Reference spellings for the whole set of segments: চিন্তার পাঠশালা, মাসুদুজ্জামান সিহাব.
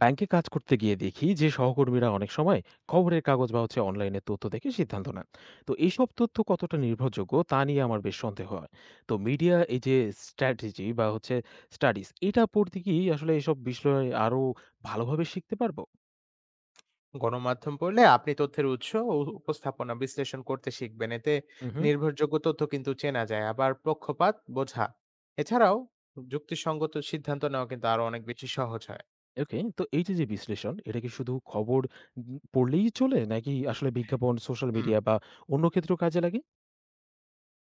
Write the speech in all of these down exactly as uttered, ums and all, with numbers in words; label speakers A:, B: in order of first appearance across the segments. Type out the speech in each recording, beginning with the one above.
A: ব্যাংকে কাজ করতে গিয়ে দেখি যে সহকর্মীরা অনেক সময় খবরের কাগজ বা হচ্ছে অনলাইনে তথ্য দেখে সিদ্ধান্ত নেন। তো এইসব তথ্য কতটা নির্ভরযোগ্য তা নিয়ে আমার বেশ সন্দেহ হয়। তো মিডিয়া এই যে স্ট্র্যাটেজি বা হচ্ছে স্টাডিজ, এটা পড়তে কি আসলে এসব বিষয়ে আরো ভালোভাবে শিখতে পারবো?
B: গণমাধ্যম পড়লে আপনি তথ্যের উৎস ও উপস্থাপনা বিশ্লেষণ করতে শিখবেন। এতে
A: হুম।
B: নির্ভরযোগ্য তথ্য কিন্তু চেনা যায়, আবার পক্ষপাত বোঝা এছাড়াও যুক্তিসঙ্গত সিদ্ধান্ত নেওয়া কিন্তু আরো অনেক বেশি সহজ হয়।
A: ওকে, তো এই যে যে বিশ্লেষণ, এটা কি শুধু খবর উম, পড়লেই চলে, নাকি আসলে বিজ্ঞাপন, সোশ্যাল
B: হুম।
A: মিডিয়া বা অন্য ক্ষেত্রেও কাজে লাগে?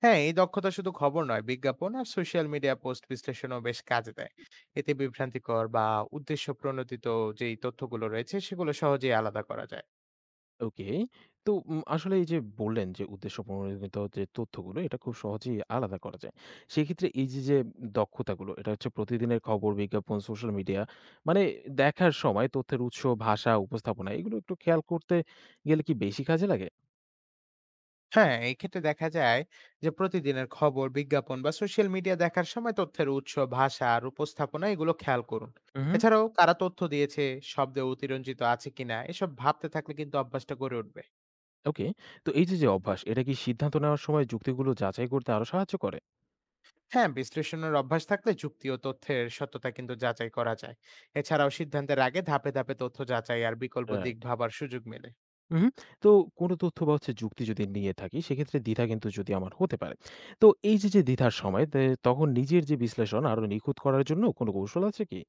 B: হ্যাঁ, এই দক্ষতা শুধু খবর নয়, বিজ্ঞাপন আর সোশ্যাল মিডিয়া পোস্ট বিশ্লেষণও বেশ কাজে দেয়। এতে বিভ্রান্তিকর বা উদ্দেশ্য প্রণোদিত যেই তথ্যগুলো রয়েছে সেগুলো সহজেই আলাদা করা যায়।
A: ওকে। তো উম আসলে এই যে বললেন যে উদ্দেশ্য প্রণোদিত যে তথ্যগুলো, এটা খুব সহজেই আলাদা করা যায়। সেক্ষেত্রে এই যে, যে দক্ষতাগুলো, এটা হচ্ছে প্রতিদিনের খবর, বিজ্ঞাপন, সোশ্যাল মিডিয়া মানে দেখার সময় তথ্যের উৎস, ভাষা, উপস্থাপনা এগুলো একটু খেয়াল করতে গেলে কি বেশি কাজে লাগে?
B: হ্যাঁ, এক্ষেত্রে দেখা যায় যে প্রতিদিনের খবর, বিজ্ঞাপন বা সোশ্যাল মিডিয়া দেখার সময় তথ্যের উৎস, ভাষা আর উপস্থাপনা এগুলো খেয়াল করুন।
A: উহু।
B: এছাড়াও কারা তথ্য দিয়েছে, শব্দে অতিরঞ্জিত আছে কিনা এসব ভাবতে থাকলে কিন্তু অভ্যাসটা গড়ে উঠবে।
A: ওকে। তো এই যে, যে অভ্যাস, এটা কি সিদ্ধান্ত নেওয়ার সময় যুক্তিগুলো যাচাই করতে আরো সাহায্য করে?
B: হ্যাঁ, বিশ্লেষণের অভ্যাস থাকলে যুক্তি ও তথ্যের সত্যতা কিন্তু যাচাই করা যায়। এছাড়াও সিদ্ধান্তের আগে ধাপে ধাপে তথ্য যাচাই আর বিকল্প দিক
A: রাইট।
B: ভাবার সুযোগ মেলে।
A: উহু। তো কোনো তথ্য বা হচ্ছে যুক্তি যদি নিয়ে থাকি, সেক্ষেত্রে দ্বিধা কিন্তু যদি আমার হতে পারে। তো এই যে, যে দ্বিধার সময় তে তখন নিজের যে বিশ্লেষণ আরো নিখুঁত করার জন্য কোনো কৌশল আছে কি?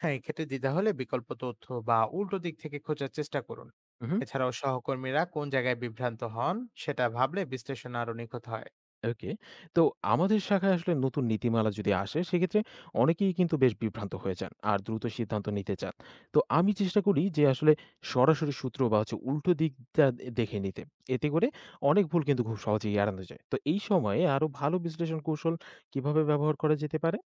B: হ্যাঁ, এক্ষেত্রে দ্বিধা হলে বিকল্প তথ্য বা উল্টো দিক থেকে খোঁজার চেষ্টা করুন।
A: উহু।
B: এছাড়াও সহকর্মীরা কোন জায়গায় বিভ্রান্ত হন সেটা ভাবলে বিশ্লেষণ আরো নিখুঁত হয়।
A: ওকে। তো আমাদের শাখায় আসলে নতুন নীতিমালা যদি আসে, সেক্ষেত্রে অনেকেই কিন্তু বেশ বিভ্রান্ত হয়ে যান। আর দ্রুত সিদ্ধান্ত নিতে চান। তো আমি চেষ্টা করি যে আসলে সরাসরি সূত্র বা হচ্ছে উল্টো দিকটা দে দেখে নিতে। এতে করে অনেক ভুল কিন্তু খুব সহজেই এড়ানো যায়। তো এই সময়ে আরো ভালো বিশ্লেষণ কৌশল কিভাবে ব্যবহার করা যেতে পারে?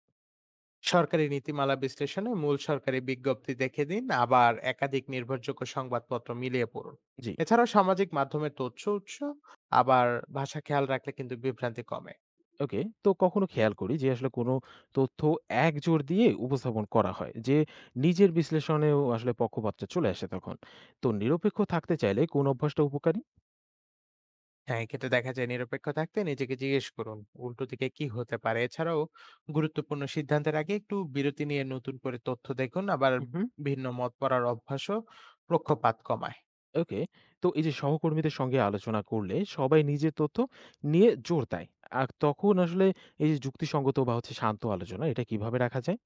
B: সরকারি নীতিমালা বিশ্লেষণে মূল সরকারি বিজ্ঞপ্তি দেখে দিন, আবার একাধিক নির্ভরযোগ্য সংবাদপত্র মিলিয়ে পড়ুন।
A: জি।
B: এছাড়াও সামাজিক মাধ্যমের তথ্য উৎস আবার ভাষা খেয়াল রাখলে কিন্তু বিভ্রান্তি কমে।
A: ওকে। তো কখনো খেয়াল করি যে আসলে কোনো তথ্য একজোর দিয়ে উপস্থাপন করা হয়, যে নিজের বিশ্লেষণেও আসলে পক্ষপাতটা চলে আসে তখন। তো নিরপেক্ষ থাকতে চাইলে কোন অভ্যাসটা উপকারী?
B: হ্যাঁ, এক্ষেত্রে দেখা যায় নিরপেক্ষ থাকতে নিজেকে জিজ্ঞেস করুন উল্টো দিকে কি হতে পারে। এছাড়াও গুরুত্বপূর্ণ সিদ্ধান্তের আগে একটু বিরতি নিয়ে নতুন করে তথ্য দেখুন, আবার
A: উম হুম।
B: ভিন্ন মত পড়ার অভ্যাসও পক্ষপাত কমায়।
A: ওকে। তো এই যে সহকর্মীদের সঙ্গে আলোচনা করলে সবাই নিজের তথ্য নিয়ে জোর দেয়। আর তখন আসলে এই যে যুক্তিসঙ্গত বা হচ্ছে শান্ত আলোচনা, এটা কিভাবে রাখা যায়?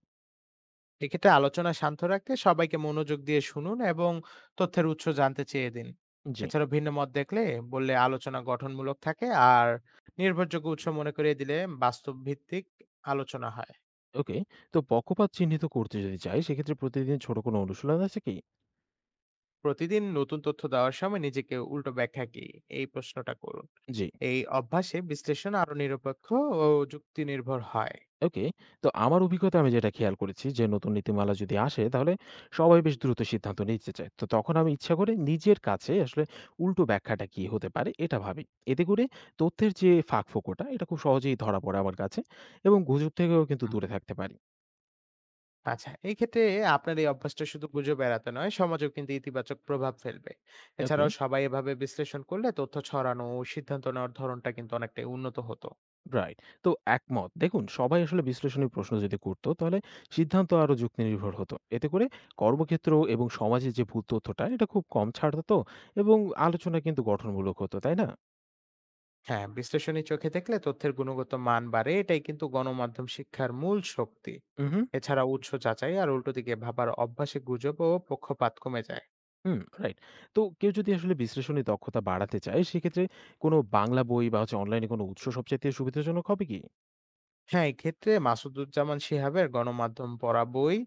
B: এক্ষেত্রে আলোচনা শান্ত রাখতে সবাইকে মনোযোগ দিয়ে শুনুন এবং তথ্যের উৎস জানতে চেয়ে দিন।
A: জি।
B: এছাড়াও ভিন্ন মত দেখলে বললে আলোচনা গঠনমূলক থাকে, আর নির্ভরযোগ্য উৎস মনে করিয়ে দিলে বাস্তব ভিত্তিক আলোচনা হয়।
A: ওকে। তো পক্ষপাত চিহ্নিত করতে যদি চাই, সেক্ষেত্রে প্রতিদিন ছোট কোনো অনুশীলন আছে কি?
B: প্রতিদিন নতুন তথ্য দেওয়ার সময় নিজেকে উল্টো ব্যাখ্যা কি, এই প্রশ্নটা করুন।
A: জি।
B: এই অভ্যাসে বিশ্লেষণ আরো নিরপেক্ষ ও যুক্তি নির্ভর হয়।
A: ওকে। তো আমার অভিজ্ঞতায় আমি যেটা খেয়াল করেছি যে নতুন নীতিমালা যদি আসে, তাহলে সবাই বেশ দ্রুত সিদ্ধান্ত নিতে চায়। তো তখন আমি ইচ্ছা করে নিজের কাছে আসলে উল্টো ব্যাখ্যাটা কি হতে পারে এটা ভাবি। এতে করে তথ্যের যে ফাঁকফোকরটা, এটা খুব সহজেই ধরা পড়ে আমার কাছে, এবং গুজব থেকেও কিন্তু
B: হুম,
A: দূরে থাকতে পারি।
B: আচ্ছা, এই ক্ষেত্রে আপনার এই অভ্যাসটা শুধু গুজব এড়াতে নয়, সমাজেও কিন্তু ইতিবাচক প্রভাব ফেলবে।
A: ওকে,
B: এছাড়াও সবাই এভাবে বিশ্লেষণ করলে তথ্য ছড়ানো ও সিদ্ধান্ত নেওয়ার ধরনটা কিন্তু অনেকটাই উন্নত হতো।
A: রাইট। তো একমত। দেখুন, সবাই আসলে বিশ্লেষণী প্রশ্ন যদি করত, তাহলে সিদ্ধান্ত আরো যুক্তিনির্ভর হতো। এতে করে কর্মক্ষেত্র এবং সমাজে যে ভুল তথ্যটা, এটা খুব কম ছাড়তো, এবং আলোচনা কিন্তু গঠনমূলক হতো। তাই না?
B: হ্যাঁ, বিশ্লেষণী চোখে দেখলে তথ্যের গুণগত মান বাড়ে, এটাই কিন্তু গণমাধ্যম শিক্ষার মূল শক্তি।
A: উহু।
B: এছাড়া উৎস যাচাই আর উল্টো দিকে ভাবার অভ্যাসে গুজব ও পক্ষপাত কমে যায়।
A: হুম, রাইট। তো কেউ যদি আসলে বিশ্লেষণী দক্ষতা বাড়াতে চায়, সেক্ষেত্রে কোনো বাংলা বই বা হচ্ছে অনলাইনে কোনো উৎস সবচাইতে সুবিধাজনক হবে কি?
B: হ্যাঁ, এক্ষেত্রে মাসুদুজ্জামান সিহাবের গণমাধ্যম পড়া বই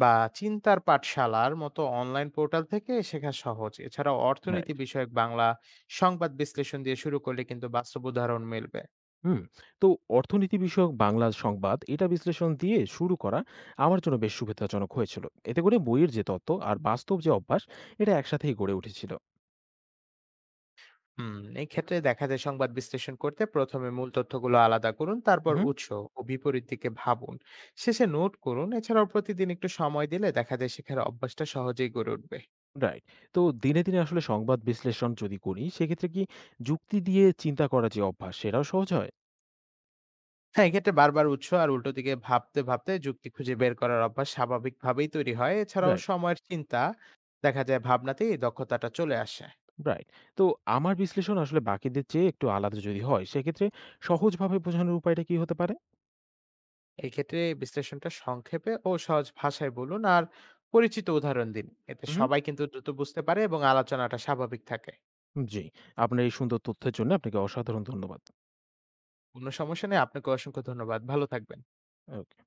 B: বা চিন্তার পাঠশালার মতো অনলাইন পোর্টাল থেকে শেখা সহজ। এছাড়াও অর্থনীতি
A: রাইট।
B: বিষয়ক বাংলা সংবাদ বিশ্লেষণ দিয়ে শুরু করলে কিন্তু বাস্তব উদাহরণ মিলবে।
A: হুম। তো অর্থনীতি বিষয়ক বাংলা সংবাদ, এটা বিশ্লেষণ দিয়ে শুরু করা আমার জন্য বেশ সুবিধাজনক হয়েছিল। এতে করে বইয়ের যে তত্ত্ব আর বাস্তব যে অভ্যাস, এটা একসাথেই গড়ে উঠেছিল।
B: হুম, এই ক্ষেত্রে দেখা যায় সংবাদ বিশ্লেষণ করতে প্রথমে মূল তথ্যগুলো আলাদা করুন, তারপর
A: উহুম।
B: উৎস ও বিপরীত দিকে ভাবুন। শেষে নোট করুন। এছাড়াও প্রতিদিন একটু সময় দিলে দেখা যায় শেখার অভ্যাসটা সহজেই গড়ে উঠবে।
A: রাইট। তো দিনে, দিনে আসলে সংবাদ বিশ্লেষণ যদি করি, সেক্ষেত্রে কি যুক্তি দিয়ে চিন্তা করার যে অভ্যাস, সেটাও সহজ হয়?
B: হ্যাঁ, এক্ষেত্রে বারবার উৎস আর উল্টো দিকে ভাবতে ভাবতে যুক্তি খুঁজে বের করার অভ্যাস স্বাভাবিকভাবেই তৈরি হয়। এছাড়াও
A: রাইট।
B: সময়ের চিন্তা দেখা যায় ভাবনাতেই এই দক্ষতাটা চলে আসে।
A: রাইট। তো আমার বিশ্লেষণ আসলে বাকিদের চেয়ে একটু আলাদা যদি হয়, সেক্ষেত্রে সহজভাবে বোঝানোর উপায়টা কি হতে পারে?
B: এক্ষেত্রে বিশ্লেষণটা সংক্ষেপে ও সহজ ভাষায় বলুন, আর পরিচিত উদাহরণ দিন। এতে
A: হুম।
B: সবাই কিন্তু দ্রুত বুঝতে পারে এবং আলোচনাটা স্বাভাবিক থাকে।
A: জি। আপনার এই সুন্দর তথ্যের জন্য আপনাকে অসাধারণ ধন্যবাদ।
B: কোনো সমস্যা নেই। আপনাকে অসংখ্য ধন্যবাদ। ভালো থাকবেন।
A: আ